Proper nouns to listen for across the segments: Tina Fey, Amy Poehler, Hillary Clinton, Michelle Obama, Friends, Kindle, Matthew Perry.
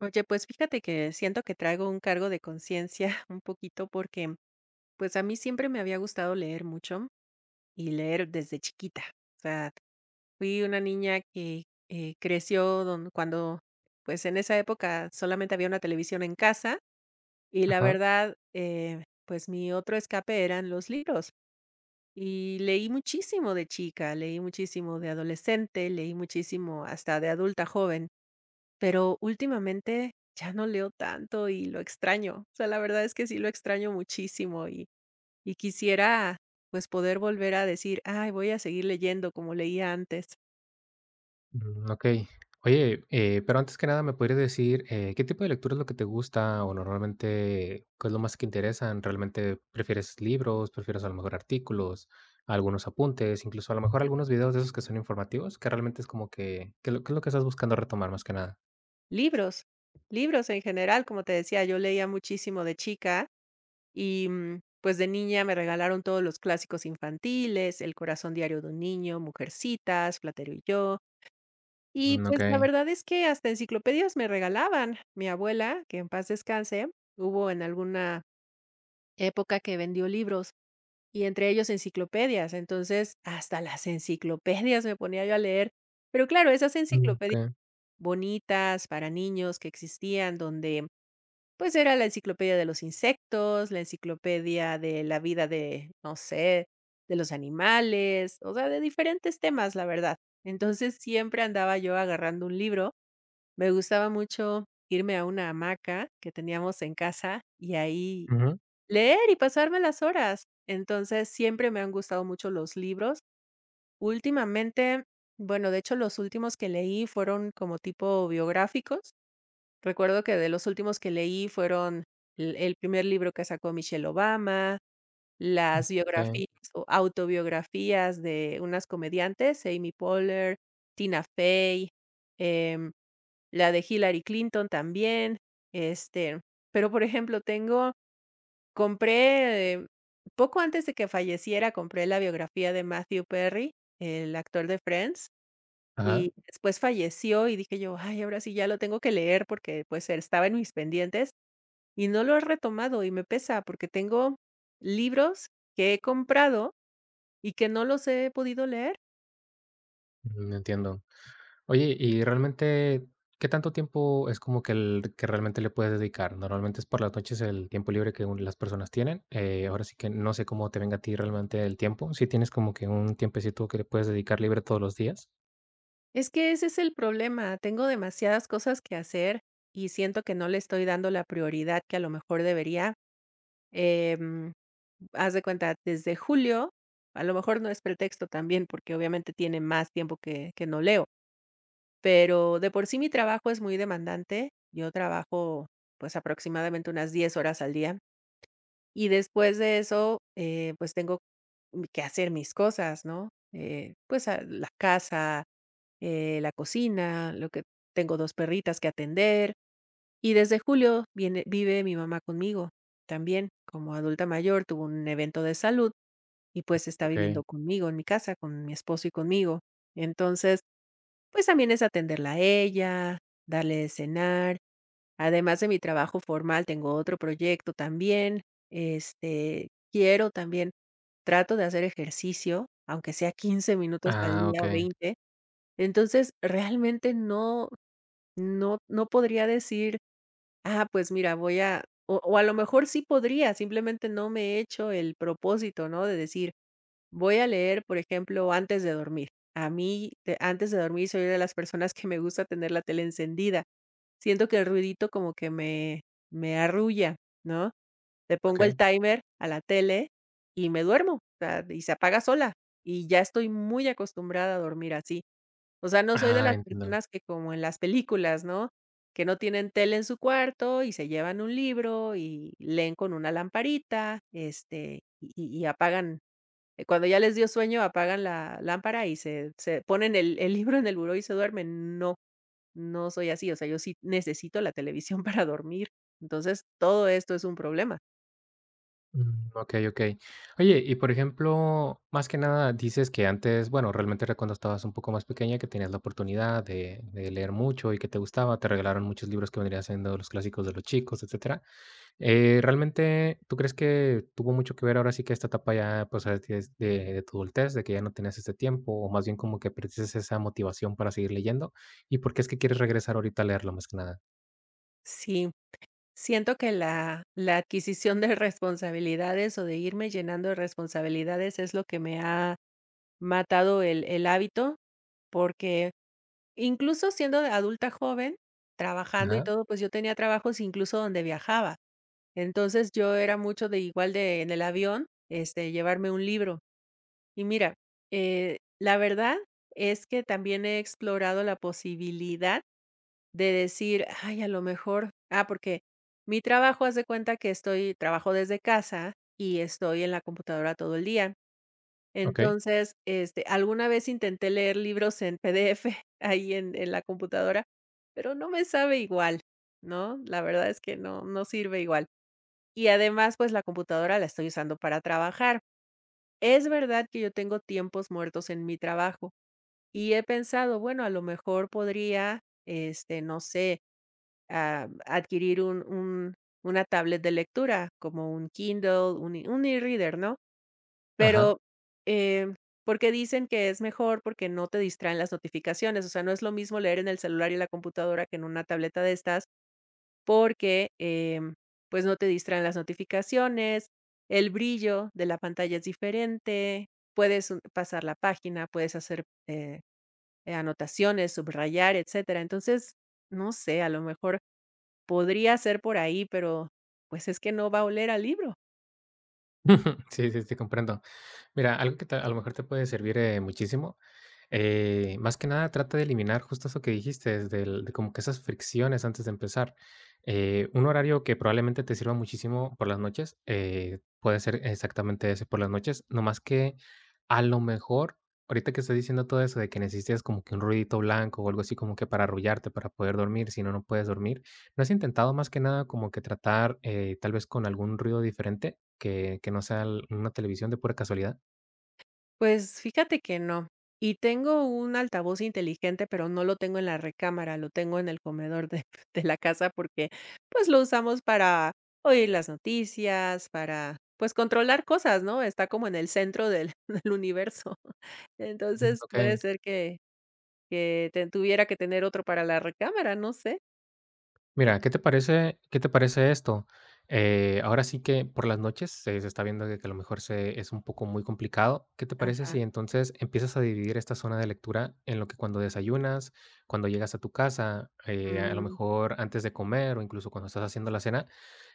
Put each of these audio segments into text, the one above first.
Oye, pues fíjate que siento que traigo un cargo de conciencia un poquito, porque pues a mí siempre me había gustado leer mucho y leer desde chiquita. O sea, fui una niña que creció cuando, pues en esa época solamente había una televisión en casa. Y la Ajá, verdad, pues mi otro escape eran los libros. Y leí muchísimo de chica, leí muchísimo de adolescente, leí muchísimo hasta de adulta joven. Pero últimamente ya no leo tanto y lo extraño. O sea, la verdad es que sí lo extraño muchísimo, y quisiera pues poder volver a decir: "Ay, voy a seguir leyendo como leía antes". mm, okey. Oye, pero antes que nada, ¿me podrías decir, qué tipo de lectura es lo que te gusta o normalmente qué es lo más que te interesan? ¿Realmente prefieres libros, prefieres a lo mejor artículos, algunos apuntes, incluso a lo mejor algunos videos de esos que son informativos? Que realmente es como que, qué es lo que estás buscando retomar más que nada? Libros, libros en general. Como te decía, yo leía muchísimo de chica y pues de niña me regalaron todos los clásicos infantiles: El corazón diario de un niño, Mujercitas, Platero y yo. Y Mm, pues la okey. verdad es que hasta enciclopedias me regalaban. Mi abuela, que en paz descanse, hubo en alguna época que vendió libros, y entre ellos enciclopedias. Entonces, hasta las enciclopedias me ponía yo a leer. Pero claro, esas Mm, enciclopedias okey. bonitas para niños que existían, donde pues era la enciclopedia de los insectos, la enciclopedia de la vida de, no sé, de los animales, o sea, de diferentes temas, la verdad. Entonces, siempre andaba yo agarrando un libro. Me gustaba mucho irme a una hamaca que teníamos en casa y ahí Ujú, leer y pasarme las horas. Entonces, siempre me han gustado mucho los libros. Últimamente, bueno, de hecho, los últimos que leí fueron como tipo biográficos. Recuerdo que de los últimos que leí fueron el primer libro que sacó Michelle Obama, las okey. biografías o autobiografías de unas comediantes, Amy Poehler, Tina Fey, em, la de Hillary Clinton también. Este, pero por ejemplo, tengo Compré, poco antes de que falleciera, compré la biografía de Matthew Perry, el actor de Friends. Ajá, Y después falleció, y dije yo: "Ay, ahora sí ya lo tengo que leer", porque pues estaba en mis pendientes, y no lo he retomado, y me pesa, porque tengo libros que he comprado y que no los he podido leer. mm, entiendo. Oye, y realmente, ¿qué tanto tiempo es como que el que realmente le puedes dedicar? Normalmente es por las noches el tiempo libre que las personas tienen. Ahora sí que no sé cómo te venga a ti realmente el tiempo. Si tienes como que un tiempecito que le puedes dedicar libre todos los días. Es que ese es el problema, tengo demasiadas cosas que hacer y siento que no le estoy dando la prioridad que a lo mejor debería. Em, Haz de cuenta, desde julio, a lo mejor no es pretexto también, porque obviamente tiene más tiempo que no leo, pero de por sí mi trabajo es muy demandante. Yo trabajo, pues, aproximadamente unas 10 horas al día, y después de eso, pues tengo que hacer mis cosas, ¿no? Pues, la casa, la cocina, lo que tengo 2 perritas que atender, y desde julio viene vive mi mamá conmigo también. Como adulta mayor, tuvo un evento de salud y pues está Ok. viviendo conmigo en mi casa, con mi esposo y conmigo. Entonces, pues también es atenderla a ella, darle de cenar. Además de mi trabajo formal, tengo otro proyecto también. Este, quiero también trato de hacer ejercicio, aunque sea 15 minutos al Ah, día o ok, 20. Entonces, realmente no podría decir: "Ah, pues mira, voy a"... O a lo mejor sí podría, simplemente no me he hecho el propósito, ¿no? De decir, voy a leer, por ejemplo, antes de dormir. A mí, antes de dormir, soy de las personas que me gusta tener la tele encendida. Siento que el ruidito como que me arrulla, ¿no? Le pongo el ok. timer a la tele y me duermo, o sea, y se apaga sola, y ya estoy muy acostumbrada a dormir así. O sea, no soy de Ah, las entiendo. personas que, como en las películas, ¿no? Que no tienen tele en su cuarto y se llevan un libro y leen con una lamparita. Este, y apagan, cuando ya les dio sueño, apagan la lámpara y se ponen el libro en el buró y se duermen. No, no soy así, o sea, yo sí necesito la televisión para dormir. Entonces, todo esto es un problema. Mm, ok, ok. Oye, y por ejemplo, más que nada dices que antes, bueno, realmente era cuando estabas un poco más pequeña que tenías la oportunidad de leer mucho y que te gustaba, te regalaron muchos libros que vendrían siendo los clásicos de los chicos, etcétera. Realmente, ¿tú crees que tuvo mucho que ver ahora sí que esta etapa ya, pues, ahora sí es de tu adultez, de que ya no tenías este tiempo, o más bien como que perdiste esa motivación para seguir leyendo? ¿Y por qué es que quieres regresar ahorita a leerlo más que nada? Sí, siento que la adquisición de responsabilidades, o de irme llenando de responsabilidades, es lo que me ha matado el hábito, porque incluso siendo de adulta joven, trabajando y Ajá, todo, pues yo tenía trabajos incluso donde viajaba. Entonces, yo era mucho de igual de en el avión, este, llevarme un libro. Y mira, la verdad es que también he explorado la posibilidad de decir: "Ay, a lo mejor"... porque mi trabajo, haz de cuenta que estoy trabajo desde casa y estoy en la computadora todo el día. okey. Entonces, este, alguna vez intenté leer libros en PDF ahí en la computadora, pero no me sabe igual, ¿no? La verdad es que no sirve igual. Y además, pues, la computadora la estoy usando para trabajar. Es verdad que yo tengo tiempos muertos en mi trabajo, y he pensado, bueno, a lo mejor podría, este, no sé, adquirir un una tablet de lectura, como un Kindle, un e-reader, ¿no? Ajá. Pero, em, porque dicen que es mejor porque no te distraen las notificaciones. O sea, no es lo mismo leer en el celular y la computadora que en una tableta de estas, porque, pues, no te distraen las notificaciones, el brillo de la pantalla es diferente, puedes, pasar la página, puedes hacer, eh, anotaciones, subrayar, etcétera. Entonces, no sé, a lo mejor podría ser por ahí, pero pues es que no va a oler al libro. Sí, sí, te comprendo. Mira, algo que te a lo mejor te puede servir, muchísimo, más que nada trata de eliminar justo eso que dijiste es del de como que esas fricciones antes de empezar. Un horario que probablemente te sirva muchísimo por las noches, puede ser exactamente ese, por las noches, no más que a lo mejor, ahorita que estás diciendo todo eso de que necesitas como que un ruidito blanco o algo así como que para arrullarte, para poder dormir, si no, no puedes dormir, ¿no has intentado más que nada como que tratar, tal vez con algún ruido diferente que no sea l una televisión de pura casualidad? Pues fíjate que no. Y tengo un altavoz inteligente, pero no lo tengo en la recámara, lo tengo en el comedor de, de la casa, porque pues lo usamos para oír las noticias, para, pues, controlar cosas, ¿no? Está como en el centro del, del universo. Mm, Entonces, puede ser que, que tuviera que tener otro para la recámara, no sé. mira, qué te parece esto? Ahora sí que por las noches se está viendo de que a lo mejor se es un poco muy complicado. ¿Qué te parece Ajá. si entonces empiezas a dividir esta zona de lectura en lo que cuando desayunas, cuando llegas a tu casa, a lo Mm, mejor antes de comer o incluso cuando estás haciendo la cena?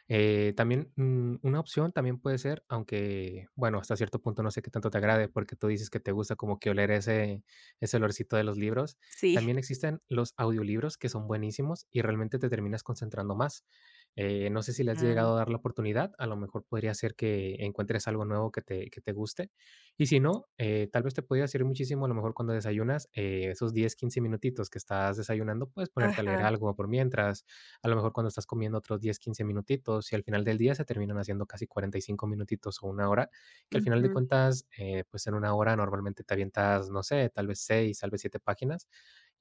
También, una opción también puede ser, aunque, bueno, hasta cierto punto no sé qué tanto te agrade, porque tú dices que te gusta como que oler ese olorcito de los libros. sí. También existen los audiolibros que son buenísimos y realmente te terminas concentrando más. No sé si le has Ah, llegado a dar la oportunidad, a lo mejor podría ser que encuentres algo nuevo que te guste. Y si no, tal vez te podría servir muchísimo, a lo mejor cuando desayunas, esos 10 15 minutitos que estás desayunando, puedes ponerte a leer ajá. algo por mientras, a lo mejor cuando estás comiendo otros 10 15 minutitos y al final del día se terminan haciendo casi 45 minutitos o una hora, que al final de Ujú. cuentas, pues en una hora normalmente te avientas, no sé, tal vez 6 tal vez 7 páginas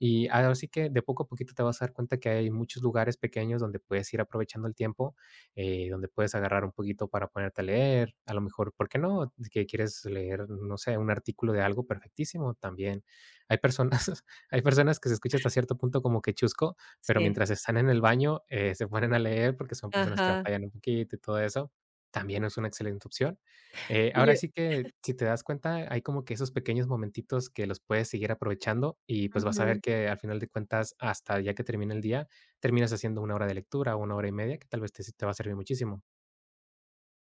y ahora sí que de poco a poquito te vas a dar cuenta que hay muchos lugares pequeños donde puedes ir aprovechando el tiempo, donde puedes agarrar un poquito para ponerte a leer, a lo mejor, ¿por qué no? Que quieres leer, no sé, un artículo de algo perfectísimo también. Hay personas, hay personas que se escucha hasta cierto punto como que chusco, pero Sí. mientras están en el baño, se ponen a leer porque son personas que Ajá. batallan un poquito y todo eso. También es una excelente opción. Y Ahora yo- sí que, si te das cuenta, hay como que esos pequeños momentitos que los puedes seguir aprovechando y pues vas a Ujú. ver que al final de cuentas, hasta ya que termina el día, terminas haciendo una hora de lectura o una hora y media, que tal vez te, sí te va a servir muchísimo.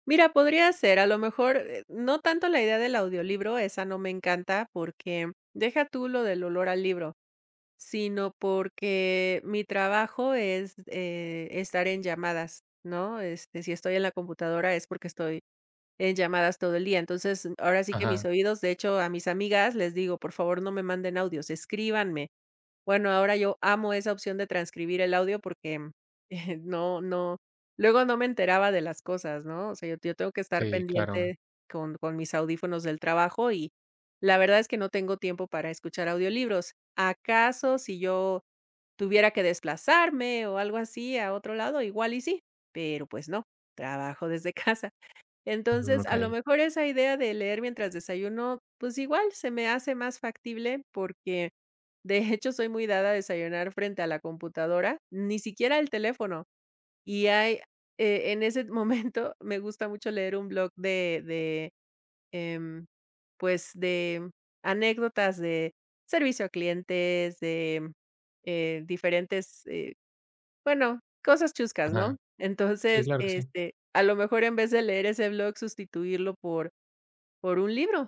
Mira, podría ser, a lo mejor, no tanto la idea del audiolibro, esa no me encanta, porque deja tú lo del olor al libro, sino porque mi trabajo es, estar en llamadas, ¿no? Este, si estoy en la computadora es porque estoy en llamadas todo el día. Entonces, ahora sí que mis Ajá, oídos, de hecho, a mis amigas les digo, por favor, no me manden audios, escríbanme. Bueno, ahora yo amo esa opción de transcribir el audio, porque no, luego no me enteraba de las cosas, ¿no? O sea, yo tengo que estar sí, claro. pendiente con mis audífonos del trabajo, y la verdad es que no tengo tiempo para escuchar audiolibros. ¿Acaso si yo tuviera que desplazarme o algo así a otro lado? Igual y sí, pero pues no, trabajo desde casa. Ujú, Entonces, a lo okey. mejor esa idea de leer mientras desayuno, pues igual se me hace más factible, porque de hecho soy muy dada a desayunar frente a la computadora, ni siquiera el teléfono. Y hay, en ese momento me gusta mucho leer un blog de, em, pues, de anécdotas de servicio a clientes, de, diferentes, bueno, cosas chuscas, Ajá. ¿no? Sí, Entonces, claro que sí. este, a lo mejor en vez de leer ese blog, sustituirlo por un libro.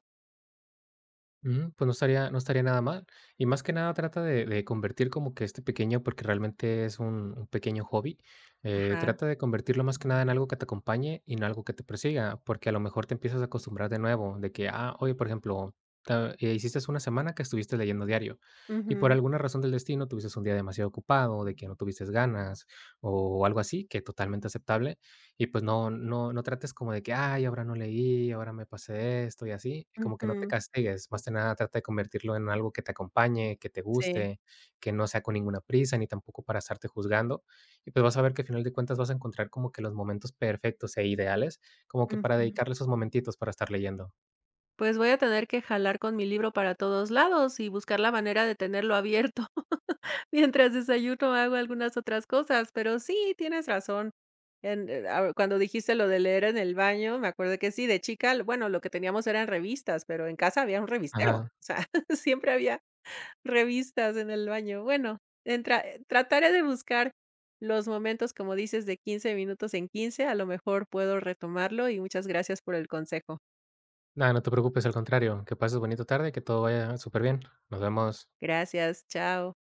Ujú, pues no estaría nada mal. Y más que nada trata de convertir como que este pequeño, porque realmente es un pequeño hobby, Ajá. trata de convertirlo más que nada en algo que te acompañe y no algo que te persiga, porque a lo mejor te empiezas a acostumbrar de nuevo, de que, ah, oye, por ejemplo, ta hiciste una semana que estuviste leyendo diario, y por Ujú, alguna razón del destino tuviste un día demasiado ocupado, de que no tuviste ganas o algo así, que totalmente aceptable. Y pues no trates como de que: "Ay, ahora no leí, ahora me pasé esto", y así, y como que no te ujú. castigues, más que nada trata de convertirlo en algo que te acompañe, que te Sí, guste, que no sea con ninguna prisa, ni tampoco para estarte juzgando. Y pues vas a ver que al final de cuentas vas a encontrar como que los momentos perfectos e ideales, como que para ujú. dedicarle esos momentitos para estar leyendo. Pues voy a tener que jalar con mi libro para todos lados y buscar la manera de tenerlo abierto mientras desayuno, hago algunas otras cosas, pero sí, tienes razón. Cuando dijiste lo de leer en el baño, me acuerdo que sí, de chica, bueno, lo que teníamos eran revistas, pero en casa había un revistero, o Ajá. sea, siempre había revistas en el baño. Bueno, trataré de buscar los momentos, como dices, de 15 minutos en 15. A lo mejor puedo retomarlo. Y muchas gracias por el consejo. Nada, no te preocupes, al contrario, que pases bonito tarde que todo vaya súper bien. Nos vemos. Gracias, chao.